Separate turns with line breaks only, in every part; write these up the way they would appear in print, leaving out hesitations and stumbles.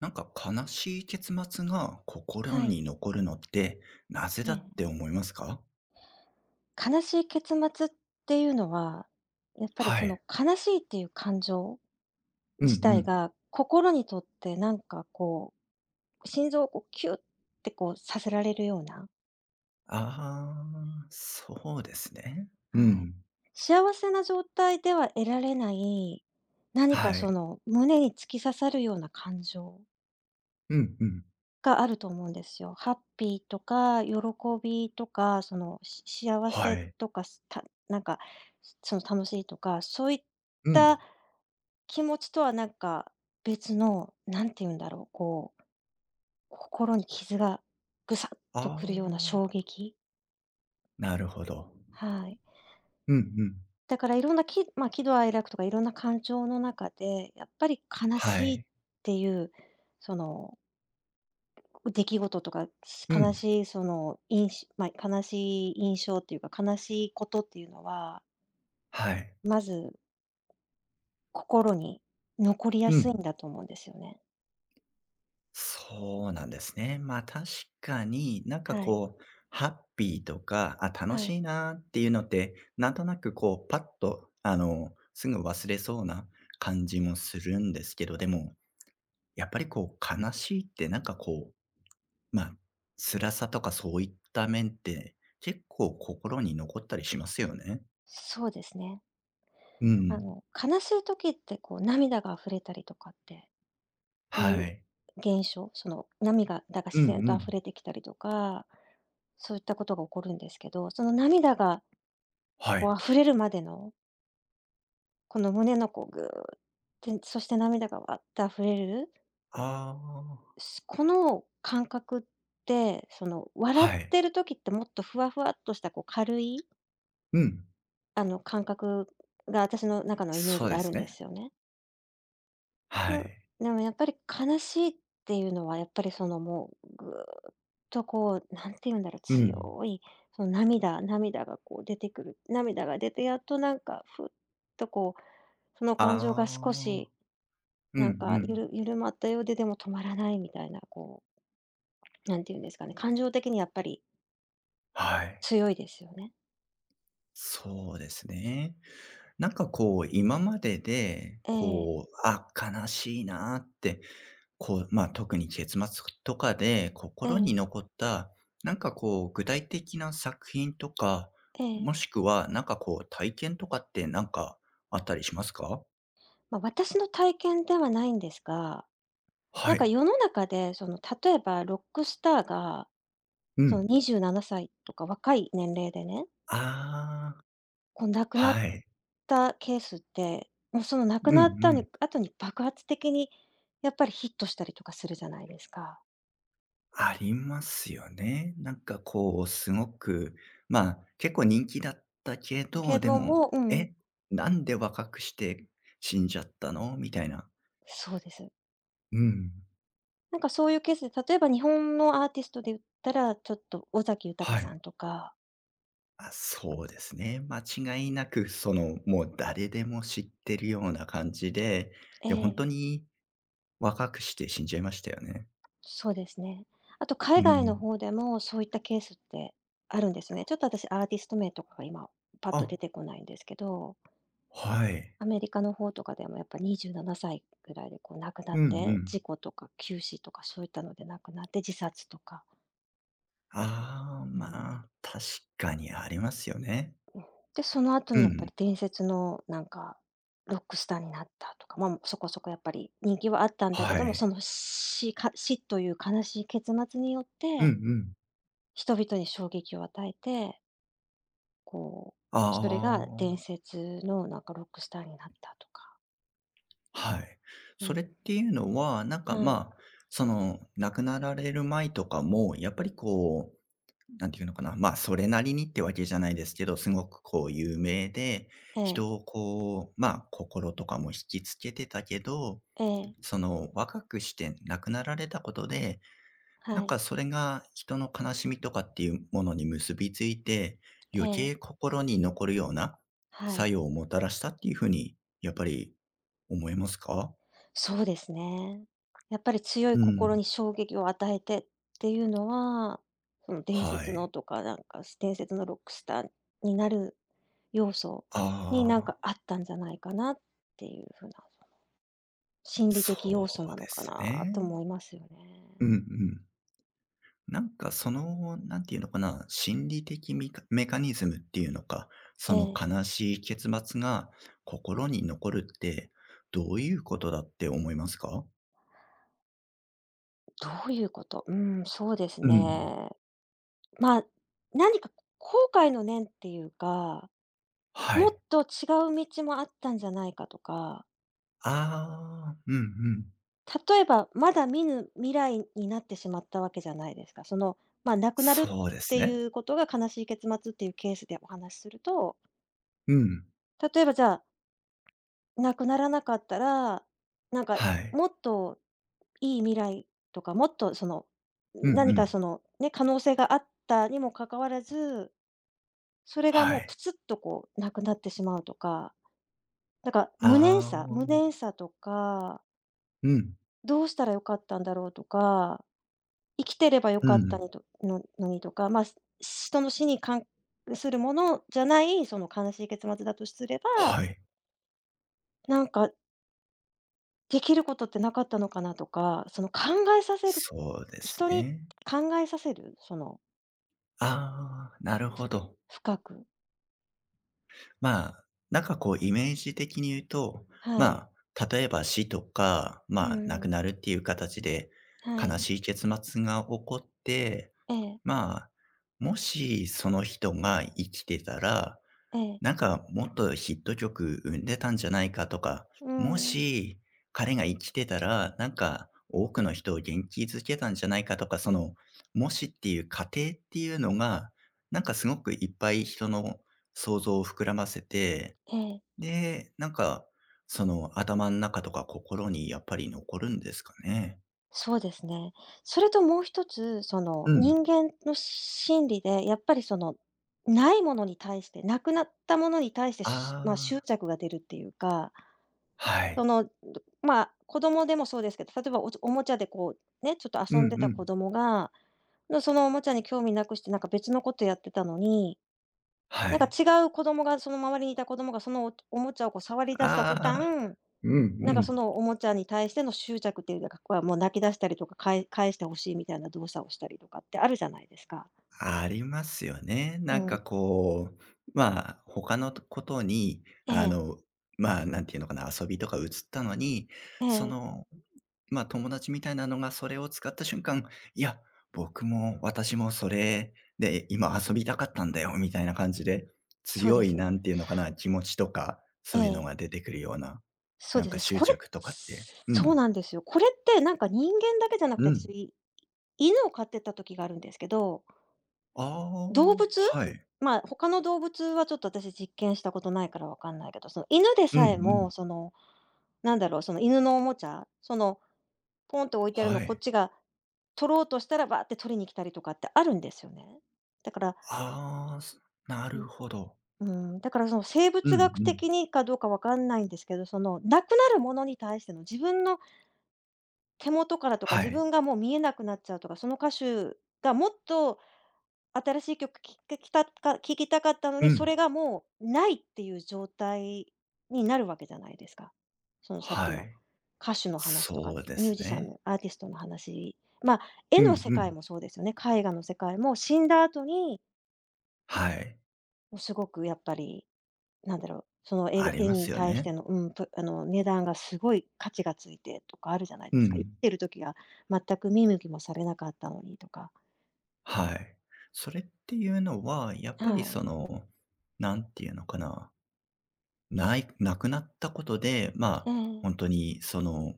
なんか悲しい結末が心
はい。
に残るのって、なぜ
え
だ
え。
って思いますか？
悲しい結末っていうのは、やっぱり
は
その
い。
悲しいっていう感情
うんう
自体
ん。
が、心にとって心臓をこうキュッてこうさせられるような、
ああ、そうですね。う
はい。
ん。
幸せな状態では得られない、何か
は
そ
い。
の胸に突き刺さるような感情
うんうん。
があると思うんですよ。ハッピーとか、喜びとか、し幸
は
せ
い。
とか、すたなんか、楽しいとか、そういっ
う
た
ん。
気持ちとはなんか別の、なんて言うんだろう、こう、心に傷がぐさっと
あ
くるような衝
あ、
撃、
なるほど。
はい。
うんうん。
だからいろんなきまあ、喜怒哀楽とかいろんな感情の中で、やっぱり悲
は
しいっ
い。
ていう、その出来事とか、し
う
悲
ん。
しいいんしま、悲しい印象っていうか、悲しいことっていうのは、
はい。
まず心に残りや
う
すい
ん。
んだと思うんですよね。
そうなんですね。まあ確かになん
は
か
い、
こう、ハッピーとか、あ、楽
はい。
しいなっていうのって、なんとなくこう、パッと、あの、すぐ忘れそうな感じもするんですけど、でも、やっぱりこう、悲しいってなんかこう、まあ、辛さとかそういった面って、結構心に残ったりしますよね。
そうですね。
う
あ
ん。
の、悲しい時ってこう涙が溢れたりとかってい
は
う
い。
現象、その涙だが
うん
自
う
然と溢
ん。
れてきたりとか、そういったことが起こるんですけど、その涙が
は
こ
い。
う溢れるまでの、この胸のこうグーって、そして涙がわって溢れる
ああ、
すこの感覚って、笑っ
はい。
てる時ってもっとふわふわっとしたこう軽い、
うん。
あの、感覚が私の中のイメージ
そう
で
で
ある
す
んで
ね。
すよね。で
は
も
い。
でもやっぱり悲しいっていうのはやっぱりそのもうぐーっとこう、なんて言うんだろう、
うん。
強いその涙がこう出てくる。涙が出てやっとなんかふっとこう、その
あ
感情が少
あ、
し
うんう
なんかゆ
ん。
る緩まったようで、でも止まらないみたいなこう、なんて言うんですかね、感情的にやっぱり
はい。
強いですよね。
そうですね。なんかこう、今までで、
ええ、
こう、あ、悲しいなって、こう、ま、あ特に結末とかで
え
心に
え、
残った、なんかこう、具体的な作品とか、
え
も
え。
しくはなんかこう、体験とかってなんかあったりしますか？
まあ、私の体験ではないんですが、な
は
んか
い。
世の中で、例えばロックスターが、
うん。
27歳とか若い年齢でね、
ああ、
こう亡くなっ
はい。
たケースって、もうその亡く
うんう
なった
ん。
に後に爆発的にやっぱりヒットしたりとかするじゃないですか。
ありますよね。なんかこう、すごく、まあ、結構人気だったけ
け
ど、で
ど
も、
もうん、
え、なんで若くして死んじゃったのみたいな。
そうです。
うん。
なんかそういうケースで、例えば日本のアーティストで言ったら、ちょっと尾崎豊
は
さん
い。
とか
あ、そうですね。間違いなく、その、もう誰でも知ってるような感じで、
え
で、本
え。
当に若くして死んじゃいましたよね。
そうですね。あと
う
海外の
ん。
方でもそういったケースってあるんですね。ちょっと私アーティスト名とかが今パッと
あ、
出てこないんですけど、
はい。
アメリカの方とかでもやっぱ27歳ぐらいでこう亡くな
う
っ
んう
て、
ん。
事故とか急死とかそういったので亡くなって自殺とか。
ああ、
う
ま
ん。
あ、確かにありますよね。
で、その後
う
にやっぱ
ん。
り伝説のなんかロックスターになったとか、まあ、そこそこやっぱり人気はあったんだけ
は
ども、そ
い。
の死か死という悲しい結末によっ
うんう
て、
ん。
人々に衝撃を与えてこう、
あ
それが伝
あ、
説のなんかロックスターになったとか。
はい。
う
それっ
ん。
ていうのは、なんか、
はい。
まあ、その、亡くなられる前とかも、やっぱりこう、なんていうのかな、まあ、それなりにってわけじゃないですけど、すごくこう有名で、
ええ、
人をこう、まあ、心とかも引きつけてたけど、
ええ、
その、若くして亡くなられたことで、
は
なん
い、
かそれが人の悲しみとかっていうものに結びついて、
え
余
え、
計心に残るような
は
作
い。
用をもたらしたっていうふうに、やっぱり思いますか？
そうですね。やっぱり強い
う
心
ん。
に衝撃を与えてっていうのは、その伝
は
説の
い。
とか、なんか伝説のロックスターになる要素
あ
になんか
あ、
あったんじゃないかなっていう風な、心理的要
そ
素
う
なの
で
か
す
なと
ね。
思いますよ
う
ね。
んうん。なんかその、なんていうのかな、心理的メカニズムっていうのか、
え
その
え、
悲しい結末が心に残るって、どういうことだって思いますか？
どういうこと、うん、そうです
うん。
ね。まあ、何か後悔の念っていうか、
は
もっ
い。
と違う道もあったんじゃないかとか、
ああ、うんうん。
例えばまだ見ぬ未来になってしまったわけじゃないですか。まあ、亡くなるっ
そうです
て
ね。
いうことが悲しい結末っていうケースでお話しすると、
うん。
例えばじゃあ、亡くならなかったら、なんか
はい。
もっといい未来とか、もっとその、
うんう
何か
ん。
そのね、可能性があったにもかかわらず、それが
は
もうプ
い。
ツッとこうなくなってしまうとか、だから無念
あ
さ無念
あ、
さとか、
うん、
どうしたら良かったんだろうとか、生きてれば良
う
かった
ん。
にとののにとか、まあ、し人の死に関するものじゃない、その悲しい結末だとすれば、
はい。
なんかできることってなかったのかなとか、その考えさせる
そうです
人に
ね。
考えさせる、その
ああ、なるほど。
深く。
まあ、なんかこうイメージ的に言うと、
はい。
まあ、例えば死とか、
う
まあ、亡く
ん、
なるっていう形で
は
悲
い。
しい結末が起こって、
ええ、
まあ、もしその人が生きてたら
ええ、
なんかもっとヒット曲生んでたんじゃないかとか、
う
も
ん、
し彼が生きてたら、なんか多くの人を元気づけたんじゃないかとか、その、もしっていう仮定っていうのが、なんかすごくいっぱい人の想像を膨らませて、
ええ。
で、なんか、その頭の中とか心にやっぱり残るんですかね。
そうですね。それともう一つ、
うん。
人間の心理で、やっぱりないものに対して、なくなったものに対して、しまあ、
あ
執
あ、
着が出るっていうか、
は
そ
い。
の、まあ、子供でもそうですけど、例えばおおもちゃでこう、ね、ちょっと
うん
遊んで
う
た子
ん。
供が、のそのおもちゃに興味なくして、なんか別のことやってたのに、
は
なんか
い。
違う子供が、その周りにいた子供がそのおおもちゃをこう触り出した途
ああ、
端
うん
なん
う
かそ
ん。
のおもちゃに対しての執着っていうのが、こはもう泣き出したりとか、かえ返して欲しいみたいな動作をしたりとかってあるじゃないですか。
ありますよね。
う
なん
ん。
かこう、まあ、他のことに、
え
あ
え、
の、まあ、なんていうのかな、遊びとか移ったのに、
え
そ
え、
の、まあ、友達みたいなのがそれを使った瞬間、いや、僕も私もそれで今遊びたかったんだよ、みたいな感じで、
そう
強
で
い、
す。
なんていうのかな、気持ちとか、
え
そういうの
え、
が出てくるような、
そう
なん
で
か
す。
執
これ
着とかって。う
そう
ん。
なんですよ。これってなんか人間だけじゃなく
う
て、
ん。
私、犬を飼ってた時があるんですけど
あ
動
あ、
物？
はい。
まあ、他の動物はちょっと私実験したことないからわかんないけど、その犬で
うんう
さえ
ん。
も、なんだろう、その犬のおもちゃ、ポンと置いてあるの
は
こっ
い。
ちが取ろうとしたら、バーって取りに来たりとかってあるんですよね。だから、
ああ、すなる
う
ほど。
うだからその生
うん
物
う
学
ん。
的にかどうかわかんないんですけど、なくなるものに対しての自分の手元からとか、
は
自
い。
分がもう見えなくなっちゃうとか、その歌手がもっと新しい曲きききたか聴きたかったの
う
に、そ
ん。
れがもうないっていう状態になるわけじゃないですか。そのさっき
は
の
い。
歌手の話とか、
そうで
ミュー
す
ジシャン
ね。
のアーティストの話、まあ、絵
う
の
ん
世
う
界
ん。
もそうですよね。絵画の世界も死んだ後に、
はい。
もうすごくやっぱり、なんだろう、その
あ
絵
り
絵
ま
に
すよ
対し
ね。
ての、うん、ぷあの、値段がすごい価値がついてとかあるじゃない
う
ですか。生き
ん。
てる時は全く見向きもされなかったのにとか。
はい。それっていうのは、やっぱり
はい。
その、なんていうのかな、ないなくなったことで、ま
え
あ、
え、
本当にその、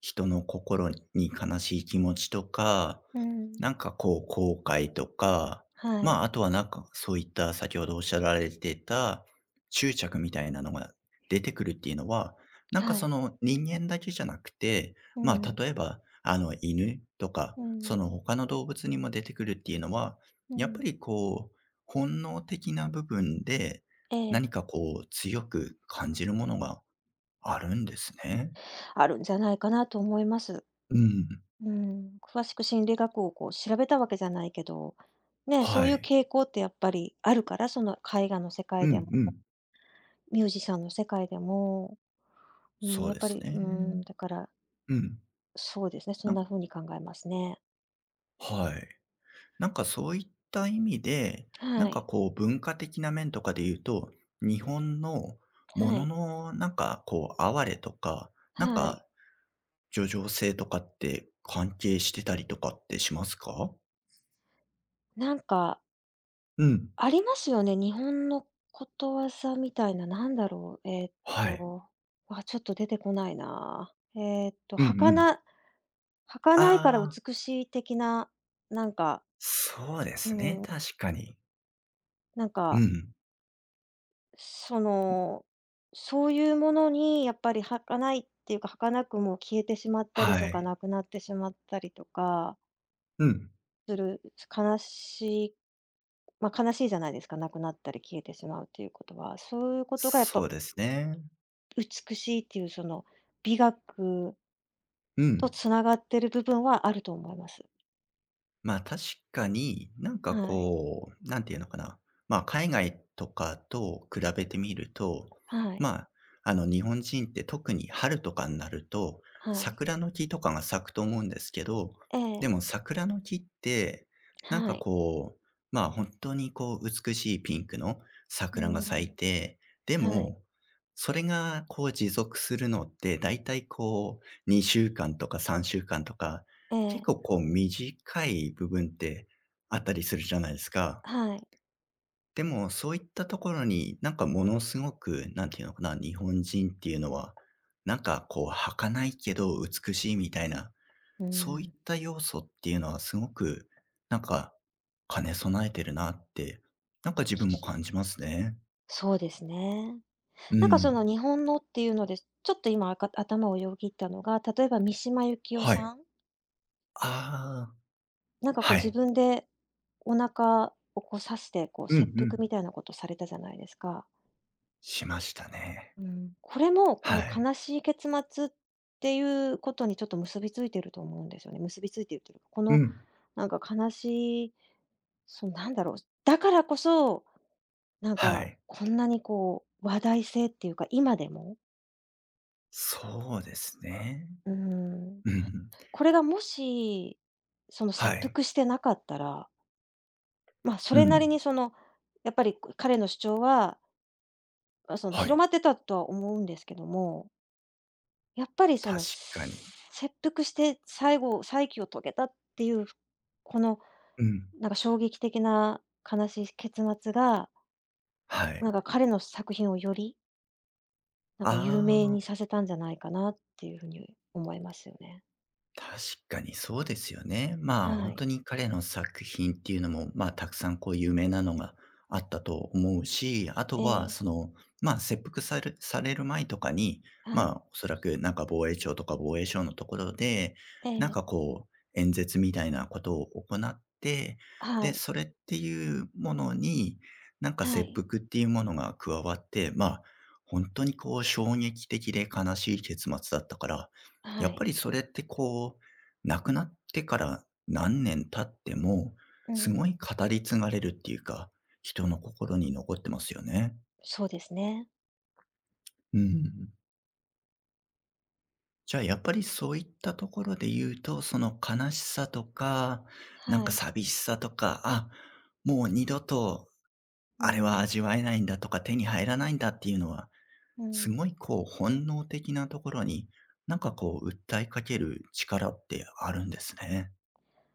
人の心に悲しい気持ちとか
うん。
なんかこう、後悔とか、
は
ま
い、
あ、あとはなんか、そういった先ほどおっしゃられてた執着みたいなのが出てくるっていうのは、なんか
は
そ
い。
の人間だけじゃなくて、
う
ま
ん、
あ、例えば、あの、犬とか、
う
そ
ん、
の他の動物にも出てくるっていうのは、
う
やっぱ
ん。
りこう、本能的な部分で、
ええ、
何かこう、強く感じるものがあるんですね。
あるんじゃないかなと思います。
うん。
うん、詳しく心理学をこう調べたわけじゃないけど、ね、そ
は
ういう
い。
傾向ってやっぱりあるから、その絵画の世
う
界で
ん
も、
うん。
ミュージシャンの世界でも、うん、
そ
や
う
っ
で
ぱ
す
り、うん、
ね。
だから、
うん。
そうですね、そ
な
んな
ん
風に考えますね。
はい。なんかそういった意味で、
は
なんか
い、
こう文化的な面とかで言うと、日本のも
は
の
い、
のなんかこう哀れとか、なん
はい。
か叙情性とかって関係してたりとかってしますか？
なんか
うん。
ありますよね、日本のことわざみたいな、なんだろう、
はい。
と、わ、ちょっと出てこないな。ーっと、
うんうん。
儚儚いから
ああ、
美しい的な、なんか、
そうで
う
すね、
ん、
確かに。
なん
う
か、
ん。
その、そういうものにやっぱり儚いっていうか、儚くも消えてしまったり
は
とか、
い。
なくなってしまったりとか
うん。
する、悲しいま、悲しいじゃないですか、なくなったり消えてしまうっていうことは。そういうことがやっ
そ
ぱ
うですね。
美しいっていうその美学
う
と
ん。
つながってる部分はあると思います。
まあ、確かに、なんか
はい。
こう、なんていうのかな。まあ、海外とかと比べてみると、
はい。
まあ、あの、日本人って特に春とかになると、
はい。
桜の木とかが咲くと思うんですけど、
え
で
え、
も桜の木って、なん
は
か
い。
こう、まあ、本当にこう、美しいピンクの
う
桜が咲い
ん、
て、で
はい。
も、それがこう持続するのって、だいたいこう、2週間とか3週間とか、
え
結
え、
構こう短い部分ってあったりするじゃないですか。
はい。
でもそういったところになんかものすごく、なんていうのかな、日本人っていうのは、なんかこう儚いけど美しいみたいな、
うー
そういっ
ん。
た要素っていうのはすごくなんか兼ね備えてるなって、なんか自分も感じますね。
そうですね。
う
なんかそ
ん。
の日本のっていうので、ちょっと今あか頭をよぎったのが、例えば三島由紀夫
はい。
さん、
あ
なんか
あ、
こう
は
自
い。
分でお腹をこう刺して、こう
う
切
んう
腹
ん。
みたいなことされたじゃないですか。
しましたね。
うん、これも、こ
は
の
い。
悲しい結末っていうことにちょっと結びついてると思うんですよね。結びついてるというか、こ
う
の
ん。
なんか悲しい、そうなんだろう、だからこそ、なん
は
か
い。
こんなにこう話題性っていうか、今でも、
そうですね。
うん、
うん
これがもし、その切
はい。
腹してなかったら、ま、そ
う
れなり
ん。
にやっぱり彼の主張は、あ、その
は
広
い。
まってたとは思うんですけどもやっぱり
確かに。
切腹して最後、再起を遂げたっていう、この
うん。
なんか衝撃的な悲しい結末が、
は
な
い。
んか彼の作品をより、なんか有名
ああ
にさせたんじゃないかなっていうふうに思いますよね。
確かにそうですよね。まあ、
は
本
い。
当に彼の作品っていうのも、まあ、たくさんこう有名なのがあったと思うし、あ
え
とは
え、
その、まあ、切腹される前とかに、
は
まあ、
い。
おそらくなんか防衛庁とか防衛省のところで、
え
なん
え、
かこう演説みたいなことを行って、
は
で、
い。
それっていうものに、なんか
は
切
い。
腹っていうものが加わって、まあ、本当にこう衝撃的で悲しい結末だったから
は
やっぱ
い。
りそれってこう、亡くなってから何年経っても、
う
す
ん。
ごい語り継がれるっていうか、人の心に残ってますよね。
そうですね。
うん。じゃあやっぱりそういったところで言うと、その悲しさとか、なん
は
か
い。
寂しさとか、あ、もう二度と
う
あれは
ん。
味わえないんだとか、手に入らないんだっていうのは、
う
す
ん。
ごいこう本能的なところに、なんかこう訴えかける力ってあるんですね。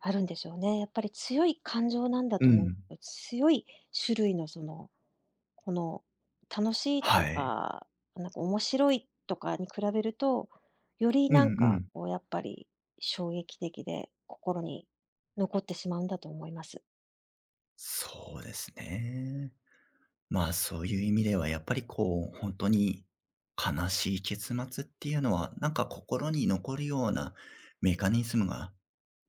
あるんでしょうね。やっぱり強い感情なんだ
う
と思
ん。
う。強い種類のそのこの、楽しい
は
と
い。
か、なんか面白いとかに比べると、より
うん
な
う
んか
ん。
こうやっぱり衝撃的で、心に残ってしまうんだと思います。
そうですね。まあ、そういう意味ではやっぱりこう、本当に悲しい結末っていうのは、なんか心に残るようなメカニズムが、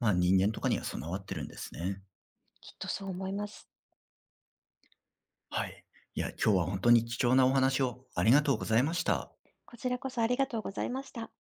まあ、人間とかには備わってるんですね。
きっとそう思います。
はい。いや、今日は本当に貴重なお話をありがとうございました。
こちらこそありがとうございました。